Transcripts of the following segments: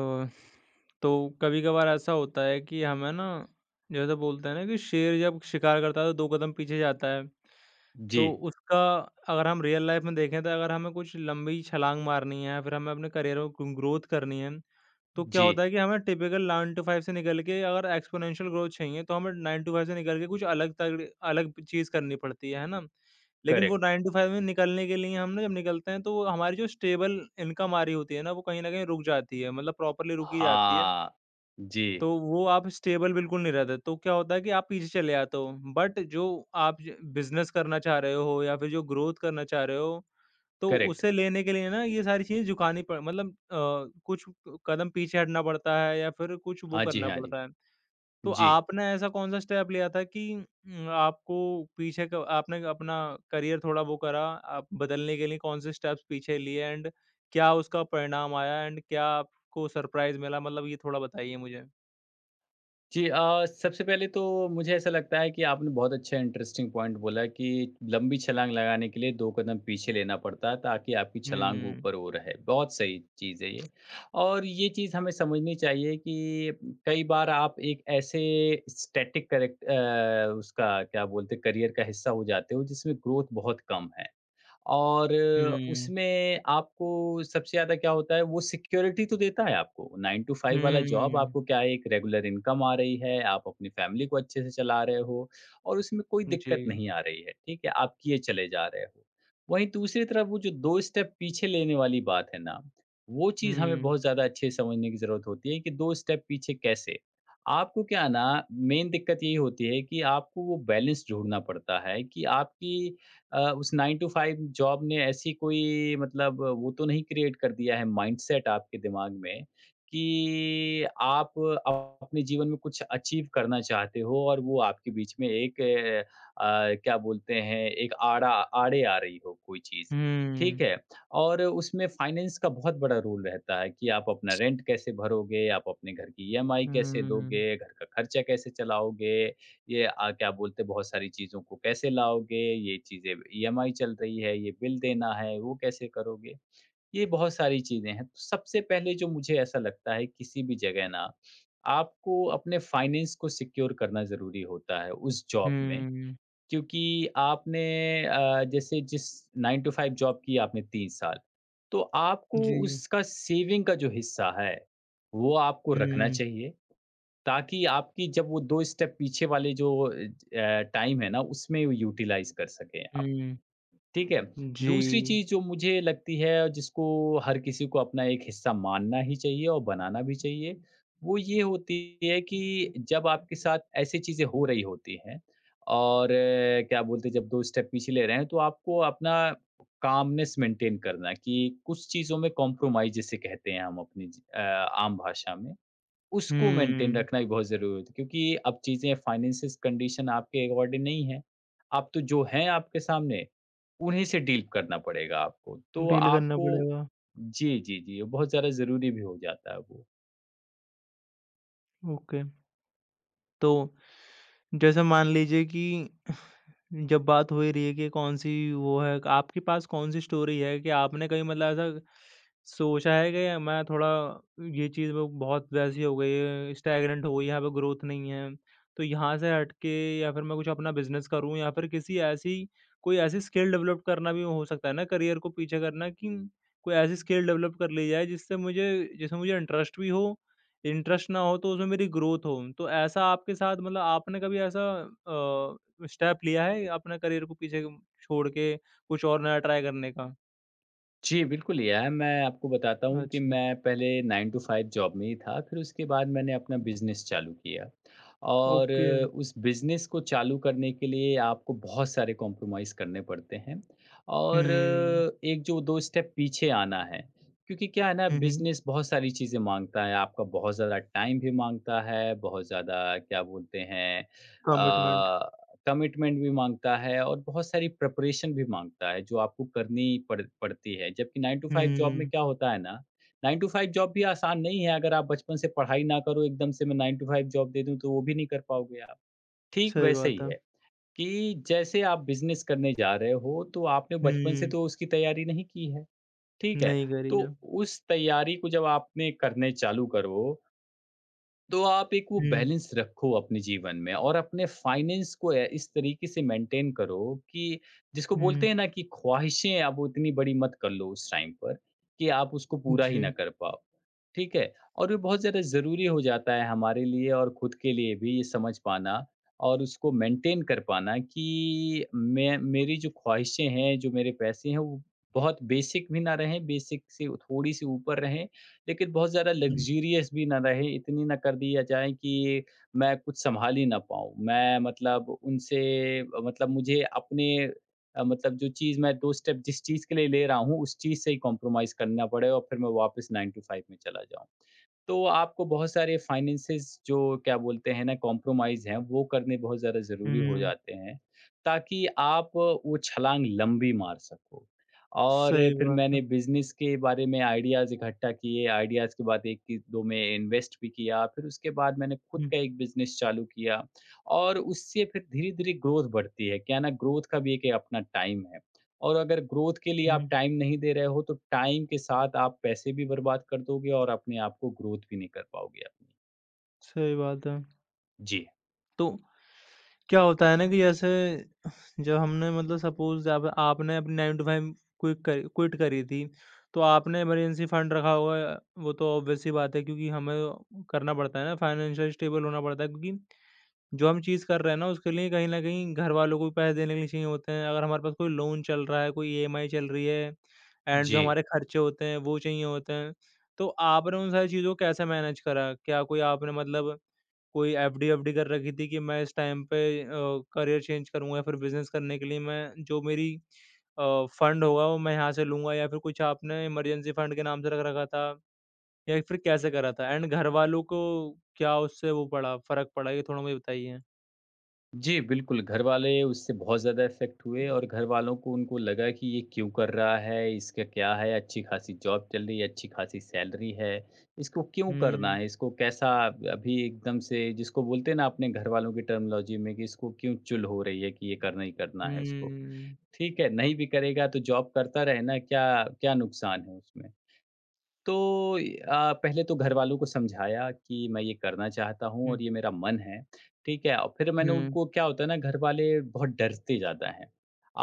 अ, तो कभी-कभार ऐसा होता है कि हमें ना जैसे बोलते हैं ना कि शेर जब शिकार करता है तो 2 कदम पीछे जाता है। जी, तो उसका अगर हम रियल लाइफ में देखें तो अगर हमें कुछ लंबी छलांग मारनी है या फिर हमें अपने करियर में ग्रोथ करनी है तो क्या जी, होता है कि हमें टिपिकल 9 टू 5 से निकल के अगर एक्स्पोनेंशियल ग्रोथ चाहिए तो हमें 9 टू 5 से निकल के कुछ अलग चीज़ करनी पड़ती है ना? लेकिन वो करेक्ट। 9 टू 5 में निकलने के लिए हम ना जब निकलते हैं तो वो हमारी जो स्टेबल इनकम आ रही होती है ना वो कहीं न कहीं रुक जाती है मतलब प्रॉपर्ली रुकी जाती है। हाँ, तो जी, वो आप स्टेबल बिल्कुल नहीं रहते, तो क्या होता है कि आप पीछे चले आते हो। बट जो आप ज बिज़नेस करना चाह रहे हो या फिर जो ग्रोथ करना चाह रहे हो तो करेक्ट। उसे लेने के लिए ना ये सारी चीज़ें झुकानी पड़ मतलब कुछ कदम पीछे हटना पड़ता है या फिर कुछ वो हाँ जी, करना हाँ जी। पड़ता है। तो जी, आपने ऐसा कौन-सा स्टेप लिया था कि आपको पीछे क आपने अपना करियर थोड़ा वो करा, आप बदलने के लिए कौन से स्टेप्स पीछे लिए एंड क्या उसका परिणाम आया एंड क्या आपको सरप्राइज़ मिला? मतलब ये थोड़ा बताइए मुझे? सबसे पहले तो मुझे ऐसा लगता है कि आपने बहुत अच्छा इंटरेस्टिंग पॉइंट बोला कि लंबी छलाँग लगाने के लिए 2 कदम पीछे लेना पड़ता है ताकि आपकी छलाँग हुँ, ऊपर हो रहे। बहुत सही चीज़ है ये। और ये चीज़ हमें समझनी चाहिए कि कई बार आप एक ऐसे स्टैटिक करेक्ट उसका क्या बोलते हैं करियर का हिस्सा हो जाते हो जिसमें ग्रोथ बहुत कम है। और हुँ, उसमें आपको सबसे ज़्यादा क्या होता है, वो सिक्योरिटी तो देता है आपको। 9 टू 5 वाला जॉब हुँ, आपको क्या है, एक रेगुलर इनकम आ रही है, आप अपनी फ़ैमिली को अच्छे से चला रहे हो और उसमें कोई दिक्कत जी, नहीं आ रही है, ठीक है? आप किए चले जा रहे हो। वहीं दूसरी तरफ वो जो 2 स्टेप पीछे लेने वाली बात है ना, वो चीज़ हमें हुँ, बहुत ज़्यादा अच्छे से समझने की ज़रूरत होती है कि 2 स्टेप पीछे कैसे? आपको क्या है ना, मेन दिक्कत यही होती है कि आपको वो बैलेंस ढूँढना पड़ता है कि आपकी उस 9 टू 5 जॉब ने ऐसी कोई मतलब वो तो नहीं क्रिएट कर दिया है माइंडसेट आपके दिमाग में कि आप अपने जीवन में कुछ अचीव करना चाहते हो और वो आपके बीच में एक क्या बोलते हैं एक आड़ा आड़े आ रही हो कोई चीज़, ठीक हुँ, है? और उसमें फाइनेंस का बहुत बड़ा रोल रहता है कि आप अपना रेंट कैसे भरोगे, आप अपने घर की ईएमआई कैसे हुँ, दोगे, घर का खर्चा कैसे चलाओगे, ये क्या बोलते हैं बहुत सारी चीज़ों को कैसे लाओगे? ये चीज़ें ईएमआई चल रही है, ये बिल देना है, वो कैसे करोगे? ये बहुत सारी चीज़ें हैं। तो सबसे पहले जो मुझे ऐसा लगता है किसी भी जगह ना, आपको अपने फाइनेंस को सिक्योर करना ज़रूरी होता है उस जॉब में। हुँ, क्योंकि आपने जैसे जिस 9 टू 5 जॉब की आपने 3 साल, तो आपको जी, उसका सेविंग का जो हिस्सा है, वो आपको रखना हुँ। चाहिए। ताकि आपकी जब वो 2 स्टेप पीछे वाले जो टाइम है ना, उसमें वो यूटिलाइज़ कर सकें आप। हुँ, ठीक है? जी। दूसरी चीज़ जो मुझे लगती है और जिसको हर किसी को अपना एक हिस्सा मानना ही चाहिए और बनाना भी चाहिए, वो ये होती है कि जब आपके साथ ऐसी चीज़ें हो रही होती हैं और क्या बोलते हैं जब 2 स्टेप पीछे ले रहे हैं तो आपको अपना कामनेस मेंटेन करना है कि कुछ चीज़ों में कॉम्प्रोमाइज़ जिसे कहते हैं हम अपनी आम भाषा में। उसको मेंटेन हुँ, रखना भी बहुत ज़रूरी होता है क्योंकि अब चीज़ें फाइनेंसिस कंडीशन आपके अकॉर्डिंग नहीं है। आप तो जो हैं आपके सामने, उन्हीं से डील करना पड़ेगा आपको। तो डील करना आपको पड़ेगा। जी, जी, जी, बहुत ज़्यादा ज़रूरी भी हो जाता है वो। ओके, तो जैसे मान लीजिए कि जब बात हो ही रही है कि कौन-सी वो है आपके पास कौन-सी स्टोरी है कि आपने कहीं मतलब ऐसा सोचा है कि मैं थोड़ा ये चीज़ वो बहुत वैसी हो गई है, स्टैग्नेंट हो गई है, यहाँ पे ग्रोथ नहीं है, तो यहाँ से हट के या फिर मैं कुछ अपना बिज़नेस करूँ या फिर किसी ऐसी कोई ऐसी स्किल डेवलप करना भी हो सकता है ना करियर को पीछे करना कि कोई ऐसी स्किल डेवलप कर ली जाए जिससे मुझे जिसमें मुझे इंटरेस्ट भी हो, इंटरेस्ट ना हो तो उसमें मेरी ग्रोथ हो। तो ऐसा आपके साथ मतलब आपने कभी ऐसा अ स्टेप लिया है अपने करियर को पीछे छोड़ के कुछ और नया ट्राई करने का? जी, बिल्कुल यार, मैं आपको बताता हूँ कि अच्छा, मैं पहले 9 टू 5 जॉब में ही था, फिर उसके बाद मैंने अपना बिज़नेस चालू किया। और ओके। उस बिज़नेस को चालू करने के लिए आपको बहुत सारे कॉम्प्रोमाइज़ करने पड़ते हैं और हुँ, एक जो 2 स्टेप पीछे आना है। क्योंकि क्या है ना हुँ, हुँ। बिज़नेस बहुत सारी चीज़ें माँगता है, आपका बहुत ज़्यादा टाइम भी माँगता है, बहुत ज़्यादा क्या बोलते हैं कमिटमेंट। अ, कमिटमेंट भी माँगता है और बहुत सारी प्रिपरेशन भी माँगता है, जो आपको करनी पड़ती है। जबकि 9 टू 5 जॉब में हुँ, क्या होता है ना, 9 टू 5 जॉब भी आसान नहीं है, अगर आप बचपन से पढ़ाई ना करो, एकदम से मैं 9 टू 5 जॉब दे दूँ, तो वो भी नहीं कर पाओगे आप। ठीक सही वैसे ही बात है। है कि जैसे आप बिज़नेस करने जा रहे हो, तो आपने बचपन से हुँ, तो उसकी तैयारी नहीं की है, ठीक है? नहीं करी तो है। उस तैयारी को जब आपने करने चालू करो तो आप एक वो हुँ, बैलेंस रखो अपने जीवन में और अपने फाइनेंस को इस तरीके से मेंटेन करो कि जिसको बोलते हुँ, हैं ना कि ख्वाहिशें आप वो इतनी बड़ी मत कर लो उस टाइम पर कि आप उसको पूरा ही ना जी। कर पाओ। ठीक है। और ये बहुत ज़्यादा ज़रूरी हो जाता है हमारे लिए और खुद के लिए भी ये समझ पाना और उसको मेंटेन कर पाना कि मैं मेरी जो ख्वाहिशें हैं जो मेरे पैसे हैं वो बहुत बेसिक भी ना रहें, बेसिक से थोड़ी सी ऊपर रहें, लेकिन बहुत ज़्यादा हुँ, लग्ज़रियस भी ना रहे, इतनी ना कर दिया जाए कि मैं कुछ सँभाल ही ना पाऊँ। मैं मतलब उनसे मतलब मुझे अपने मतलब जो चीज़ मैं 2 स्टेप जिस चीज़ के लिए ले रहा हूँ, उस चीज़ से ही कॉम्प्रोमाइज़ करना पड़े और फिर मैं वापस 9 टू 5 में चला जाऊँ। तो आपको बहुत सारे फाइनेंसेस जो क्या बोलते हैं ना कॉम्प्रोमाइज़ हैं, वो करने बहुत ज़्यादा ज़रूरी हो हुँ, जाते हैं, ताकि आप वो छलांग लंबी मार सको। और सही फिर बात मैंने है। बिज़नेस के बारे में आइडियाज़ इकट्ठा किए, आइडियाज़ के बाद 1-2 में इन्वेस्ट भी किया, फिर उसके बाद मैंने खुद हुँ, का एक बिज़नेस चालू किया और उससे फिर धीरे-धीरे ग्रोथ बढ़ती है, क्या है ना ग्रोथ का भी एक अपना टाइम है। और अगर ग्रोथ के लिए आप हुँ, टाइम नहीं दे रहे हो, तो टाइम के साथ आप पैसे भी बर्बाद कर दोगे और अपने आप को ग्रोथ भी नहीं कर पाओगे अपनी। सही बात है। जी। तो क्या होता है ना कि जैसे जब हमने मतलब सपोज़ आप आपने अपनी 9 टू 5 क्विट करी थी, तो आपने इमरजेंसी फंड रखा होगा वो तो ऑब्वियस सी बात है क्योंकि हमें करना पड़ता है ना फाइनेंशियल स्टेबल होना पड़ता है क्योंकि जो हम चीज़ कर रहे हैं ना उसके लिए कहीं न कहीं घरवालों को भी पैसे देने के लिए चाहिए होते हैं। अगर हमारे पास कोई लोन चल रहा है, कोई ईएमआई चल रही है एंड जो जी। हमारे खर्चे होते हैं वो चाहिए होते हैं। तो आपने उन सारी चीज़ों को कैसे मैनेज करा? क्या कोई आपने मतलब कोई एफडी-वफ़डी कर रखी थी कि मैं इस टाइम पे अ, करियर चेंज करूँगा या फिर बिज़नेस करने के लिए मैं जो मेरी फंड होगा वो मैं यहाँ से लूँगा या फिर कुछ आपने इमरजेंसी फंड के नाम से रख रखा था या फिर कैसे करा था? एंड घर वालों को क्या उससे वो पड़ा फ़र्क पड़ा? ये थोड़ा मुझे बताइए? जी, बिल्कुल, घरवाले उससे बहुत ज़्यादा इफ़ेक्ट हुए और घरवालों को उनको लगा कि ये क्यों कर रहा है, इसका क्या है, अच्छी खासी जॉब चल रही है, अच्छी खासी सैलरी है, इसको क्यों करना हुँ। है, इसको कैसा अभी एकदम से जिसको बोलते हैं ना अपने घरवालों की टर्मिनोलॉजी में कि इसको क्यों चुल हो रही है कि ये करना ही करना है उसको। हुँ। ठीक है, नहीं भी करेगा तो जॉब करता रहे ना, क्या क्या नुकसान है उसमें? तो पहले तो घरवालों को समझाया कि मैं ये करना चाहता हूँ हुँ, और ये मेरा मन है, ठीक है? और फिर मैंने हुँ, उनको क्या होता है ना घरवाले बहुत डरते ज़्यादा हैं।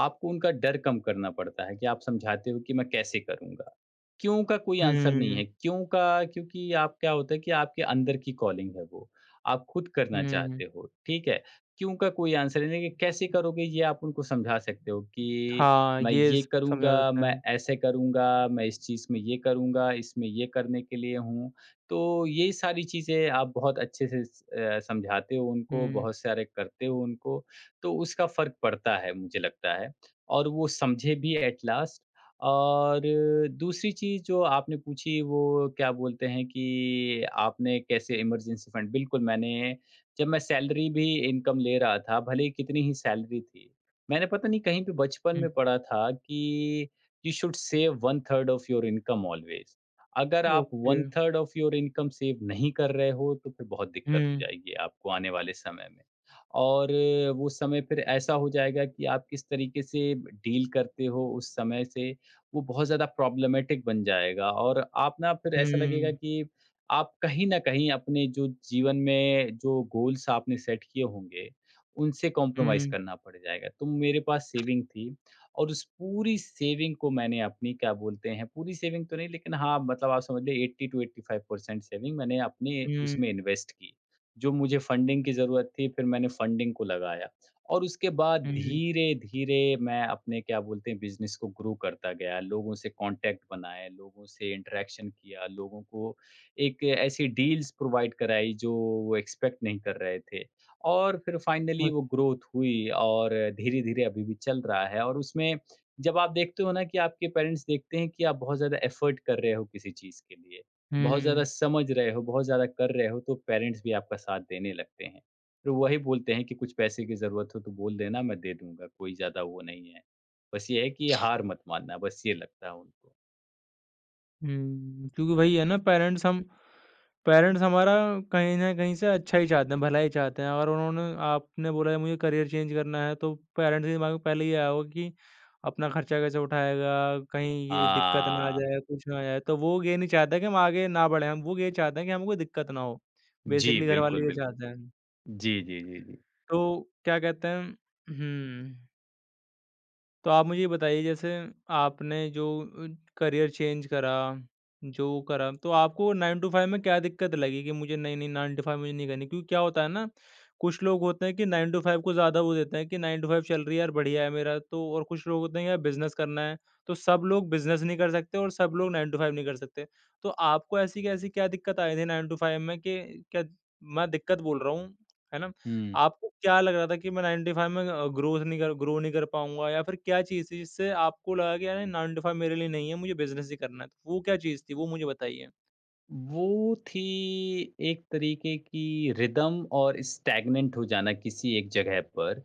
आपको उनका डर कम करना पड़ता है कि आप समझाते हो कि मैं कैसे करूँगा? क्यों का कोई आंसर नहीं हुँ, है, क्यों का क्योंकि आप क्या होता है कि आपके अंदर की कॉलिंग है वो, आप खुद करना हुँ। चाहते हो, ठीक है? क्यों का कोई आंसर नहीं है कि कैसे करोगे ये आप उनको समझा सकते हो कि हाँ, मैं ये ये स समझा करूँगा, सकते मैं हैं। ऐसे करूँगा, मैं इस चीज़ में ये करूँगा, इसमें ये करने के लिए हूँ। तो ये सारी चीज़ें आप बहुत अच्छे से समझाते हो उनको, हुँ, बहुत सारे करते हो उनको, तो उसका फ़र्क पड़ता है मुझे लगता है और वो समझे भी एट लास्ट। और दूसरी चीज़ जो आपने पूछी वो क्या बोलते हैं कि आपने कैसे इमरजेंसी फंड बिल्कुल मैंने जब मैं सैलरी भी इनकम ले रहा था, भले ही कितनी ही सैलरी थी, मैंने पता नहीं कहीं पे बचपन हुँ। में पढ़ा था कि you should save one third of your income always. अगर आप okay. One third of your income save नहीं कर रहे हो तो फिर बहुत दिक्कत हो हुँ, जाएगी आपको आने वाले समय में और वो समय फिर ऐसा हो जाएगा कि आप किस तरीके से डील करते हो उस समय से, वो बहुत ज़्यादा प्रॉब्लमेटिक बन जाएगा और आप ना फिर हुँ, ऐसा लगेगा हुँ, कि आप कहीं ना कहीं अपने जो जीवन में जो गोल्स आपने सेट किए होंगे उनसे कॉम्प्रोमाइज़ हुँ, करना पड़ जाएगा। तो मेरे पास सेविंग थी और उस पूरी सेविंग को मैंने अपनी क्या बोलते हैं, पूरी सेविंग तो नहीं लेकिन हाँ, मतलब आप समझ लीजिए 80 टू 85% सेविंग मैंने अपने हुँ, उसमें इन्वेस्ट की। जो मुझे फंडिंग की ज़रूरत थी फिर मैंने फंडिंग को लगाया और उसके बाद हुँ, धीरे-धीरे मैं अपने क्या बोलते हैं बिज़नेस को ग्रो करता गया, लोगों से कॉन्टैक्ट बनाए, लोगों से इंटरैक्शन किया, लोगों को एक ऐसी डील्स प्रोवाइड कराई जो वो एक्सपेक्ट नहीं कर रहे थे। और फिर फाइनली वो ग्रोथ हुई और धीरे-धीरे अभी भी चल रहा है और उसमें जब आप देखते हो ना कि आपके पेरेंट्स देखते हैं कि आप बहुत ज़्यादा एफ़र्ट कर रहे हो किसी चीज़ के लिए, बहुत ज़्यादा हुँ। समझ रहे हो, बहुत ज़्यादा कर रहे हो, तो पेरेंट्स भी आपका साथ देने लगते हैं। फिर वही बोलते हैं कि कुछ पैसे की ज़रूरत हो तो बोल देना मैं दे दूँगा, कोई ज़्यादा वो नहीं है। बस ये है कि ये हार मत मानना, बस ये लगता है उनको। हुँ, क्योंकि वही है ना पेरेंट्स हमारा कहीं न कहीं से अच्छा ही चाहते हैं, भला ही चाहते हैं। अगर उन्होंने आपने बोला है मुझे करियर चेंज करना है तो पेरेंट्स के दिमाग में पहले ये आया होगा कि अपना खर्चा कैसे उठाएगा, कहीं ये दिक्कत ना आ हाँ। जाए, कुछ ना आ जाए। तो वो ये नहीं चाहता कि हम आगे ना बढ़ें, हम वो ये चाहते हैं कि हमें कोई दिक्कत ना हो। जी, बेसिकली बिल्कुल, घरवाले ये बिल्कुल। चाहते हैं। जी, जी, जी, जी। तो क्या कहते हैं हुँ। तो आप मुझे ये बताइए जैसे आपने जो करियर चेंज करा, जो करा, तो आपको 9 टू 5 में क्या दिक्कत लगी कि मुझे नहीं, नहीं 9 टू 5 मुझे नहीं करनी? क्योंकि क्या होता है ना, कुछ लोग होते हैं कि 9 टू 5 को ज़्यादा वो देते हैं कि 9 टू 5 चल रही है यार बढ़िया है मेरा तो और कुछ लोग होते हैं यार बिज़नेस करना है, तो सब लोग बिज़नेस नहीं कर सकते और सब लोग 9 टू 5 नहीं कर सकते। तो आपको ऐसी कैसी क्या दिक्कत आई थी 9 टू 5 में कि क्या मैं दिक्कत बोल रहा हूँ, है ना? हुँ। आपको क्या लग रहा था कि मैं 9 टू 5 में ग्रो नहीं कर पाऊँगा या फिर क्या चीज़ थी जिससे आपको लगा कि अरे 9 टू 5 मेरे लिए नहीं है, मुझे बिज़नेस ही करना है? तो वो क्या चीज़ थी? वो मुझे बताइए। वो थी एक तरीके की रिदम और स्टैग्नेंट हो जाना किसी एक जगह पर,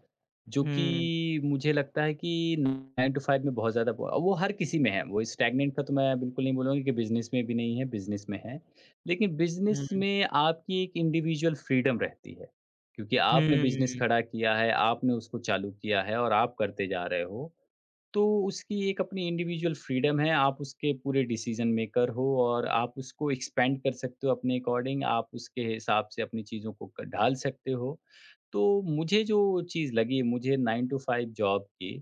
जो कि हुँ, मुझे लगता है कि 9 टू 5 में बहुत ज़्यादा वो हर किसी में है, वो स्टैग्नेंट का तो मैं बिल्कुल नहीं बोलूँगा कि बिज़नेस में भी नहीं है, बिज़नेस में है। लेकिन बिज़नेस हुँ, में आपकी एक इंडिविजुअल फ्रीडम रहती है, क्योंकि आपने बिज़नेस हुँ, खड़ा किया है, आपने उसको चालू किया है और आप करते जा रहे हो। तो उसकी एक अपनी इंडिविजुअल फ्रीडम है, आप उसके पूरे डिसीज़न मेकर हो और आप उसको एक्सपेंड कर सकते हो अपने अकॉर्डिंग, आप उसके हिसाब से अपनी चीज़ों को क ढाल सकते हो। तो मुझे जो चीज़ लगी मुझे 9 टू 5 जॉब की,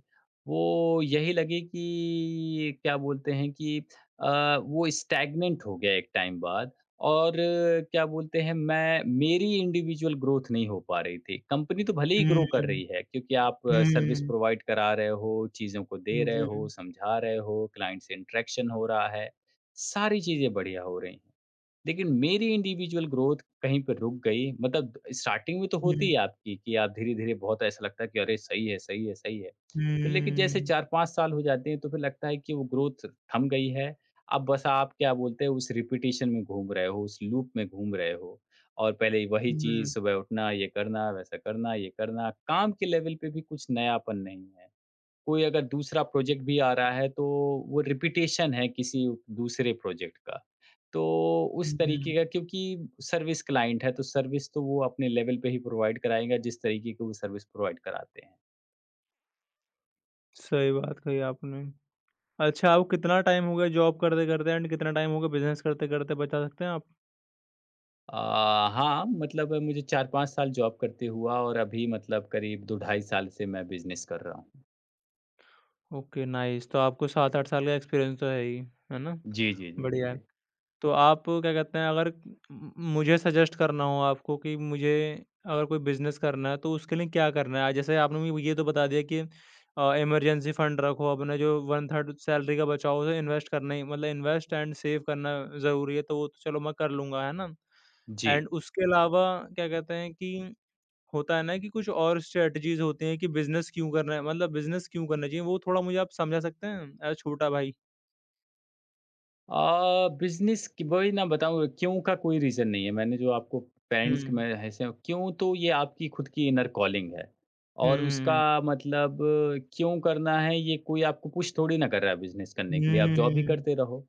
वो यही लगी कि क्या बोलते हैं कि अ, वो स्टैग्नेंट हो गया एक टाइम बाद और क्या बोलते हैं, मैं मेरी इंडिविजुअल ग्रोथ नहीं हो पा रही थी। कंपनी तो भले ही ग्रो कर हुँ, रही है क्योंकि आप सर्विस हुँ, प्रोवाइड करा रहे हो, चीज़ों को दे रहे हो, जी, समझा रहे हो, क्लाइंट से इंटरेक्शन हो रहा है, सारी चीज़ें बढ़िया हो रही हैं। लेकिन मेरी इंडिविजुअल ग्रोथ कहीं पे रुक गई मतलब स्टार्टिंग में तो होती हुँ, है आपकी कि आप धीरे-धीरे बहुत ऐसा लगता है कि अरे सही है, सही है, सही है। फिर लेकिन जैसे हुँ, 4-5 साल हो जाते हैं तो फिर लगता है कि वो ग्रोथ थम गई है। अब बस आप क्या बोलते हैं उस रिपिटिशन में घूम रहे हो, उस लूप में घूम रहे हो और पहले वही हुँ, चीज़ सुबह उठना, ये करना, वैसा करना, ये करना। काम के लेवल पे भी कुछ नयापन नहीं है। कोई अगर दूसरा प्रोजेक्ट भी आ रहा है तो वो रिपिटेशन है किसी दूसरे प्रोजेक्ट का। तो उस हुँ। तरीके का क्योंकि सर्विस क्लाइंट है, तो सर्विस तो वो अपने लेवल पे ही प्रोवाइड कराएगा जिस तरीके की वो सर्विस प्रोवाइड कराते हैं। सही बात कही आपने। अच्छा आपको कितना टाइम हो गया जॉब करते-करते एंड कितना टाइम हो गया बिज़नेस करते-करते बता सकते हैं आप? हाँ, मतलब मुझे 4-5 साल जॉब करते हुआ और अभी मतलब करीब 2 ढाई साल से मैं बिज़नेस कर रहा हूँ। ओके नाइस तो आपको 7-8 साल का एक्सपीरियंस तो है ही, है ना? जी, जी, जी, जी, बढ़िया है। जी। तो आप क्या कहते हैं अगर म मुझे सजेस्ट करना हो आपको कि मुझे अगर कोई बिज़नेस करना है तो उसके लिए क्या करना है? जैसे आपने मुझे ये तो बता दिया कि इमरजेंसी फंड रखो अपना जो 1/3 सैलरी का बचाओ उसे इन्वेस्ट करना ही मतलब इन्वेस्ट एंड सेव करना ज़रूरी है तो वो तो चलो मैं कर लूँगा, है ना? जी। एंड उसके अलावा क्या कहते हैं कि होता है ना कि कुछ और स्ट्रैटेजीज़ होती हैं कि बिज़नेस क्यों करना है मतलब बिज़नेस क्यों करना चाहिए? वो थोड़ा मुझे आप समझा सकते हैं? एज़ छोटा भाई। बिज़नेस की वही ना बताऊँ क्यों का कोई रीज़न नहीं है। मैंने जो आपको हुँ। पेरेंट्स के मैं ऐसे क्यों तो ये आपकी खुद की इनर कॉलिंग है हुँ, और हुँ, उसका हुँ। मतलब क्यों करना है ये कोई आपको पुश थोड़ी ना कर रहा है बिज़नेस करने हुँ, के लिए, आप हुँ, जॉब ही हुँ। करते रहो।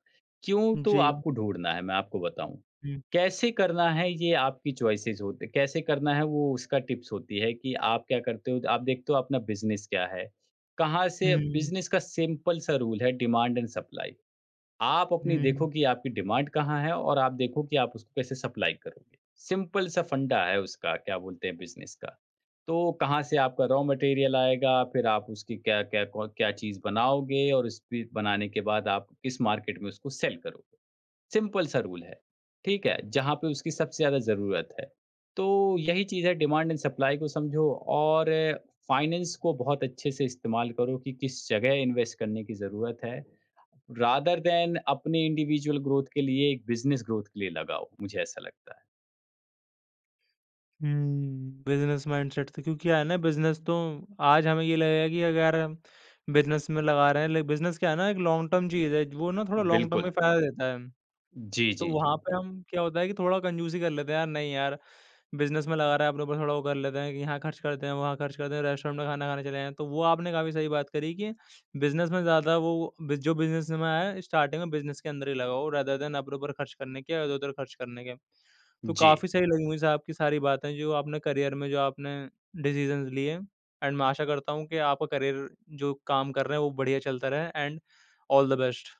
क्यों तो जी। आपको ढूँढना है मैं आपको बताऊँ। हुँ, कैसे करना है ये आपकी चॉइसेस होते कैसे करना है वो उसका टिप्स होती है कि आप क्या करते हो, आप देखते हो अपना बिज़नेस क्या है। कहाँ से हुँ, बिज़नेस का सिंपल सा रूल है डिमांड एंड सप्लाई। आप अपनी देखो हुँ, कि आपकी डिमांड कहाँ है और आप देखो कि आप उसको कैसे सप्लाई करोगे। सिंपल सा फंडा है उसका क्या बोलते हैं बिज़नेस का। तो कहाँ से आपका रॉ मटेरियल आएगा, फिर आप उसकी क्या-क्या कौ क्या चीज़ बनाओगे और उस पे बनाने के बाद आप किस मार्केट में उसको सेल करोगे। सिंपल सा रूल है, ठीक है? जहाँ पे उसकी सबसे ज़्यादा ज़रूरत है। तो यही चीज़ है डिमांड एंड सप्लाई को समझो और फाइनेंस को बहुत अच्छे से इस्तेमाल करो कि किस जगह इन्वेस्ट करने की ज़रूरत है। रादर दैन अपने इंडिविजुअल ग्रोथ के लिए एक बिज़नेस ग्रोथ के लिए लगाओ, मुझे ऐसा लगता हुँ। बिज़नेस माइंडसेट से क्योंकि क्या है ना बिज़नेस तो आज हमें ये लगेगा कि अगर हम बिज़नेस में लगा रहे हैं ले बिज़नेस क्या है ना एक लॉन्ग टर्म चीज़ है, वो ना थोड़ा है। लॉन्ग टर्म में बिल्कुल। फ़ायदा देता है। जी, तो जी, जी, वहाँ पे जी। हम क्या होता है कि थोड़ा कंजूसी कर लेते हैं, यार नहीं यार बिज़नेस में लगा रहा है अपने ऊपर थोड़ा वो कर लेते हैं कि यहाँ खर्च करते हैं, वहाँ खर्च करते हैं, रेस्टोरेंट में खाना खाने चले जाएँ। तो वो आपने काफ़ी सही बात करी कि बिज़नेस में ज़्यादा वो बि जो बिज़नेस में है स्टार्टिंग में बिज़नेस के अंदर ही लगाओ रादर देन अपने ऊपर खर्च करने के, इधर-उधर खर्च करने के। तो जी। काफ़ी सही लगी मुझे आपकी सारी बातें जो आपने डिसीज़न्स लिए एंड मैं आशा करता हूँ कि आपका करियर जो काम कर रहे हैं वो बढ़िया चलता रहे एंड ऑल द बेस्ट।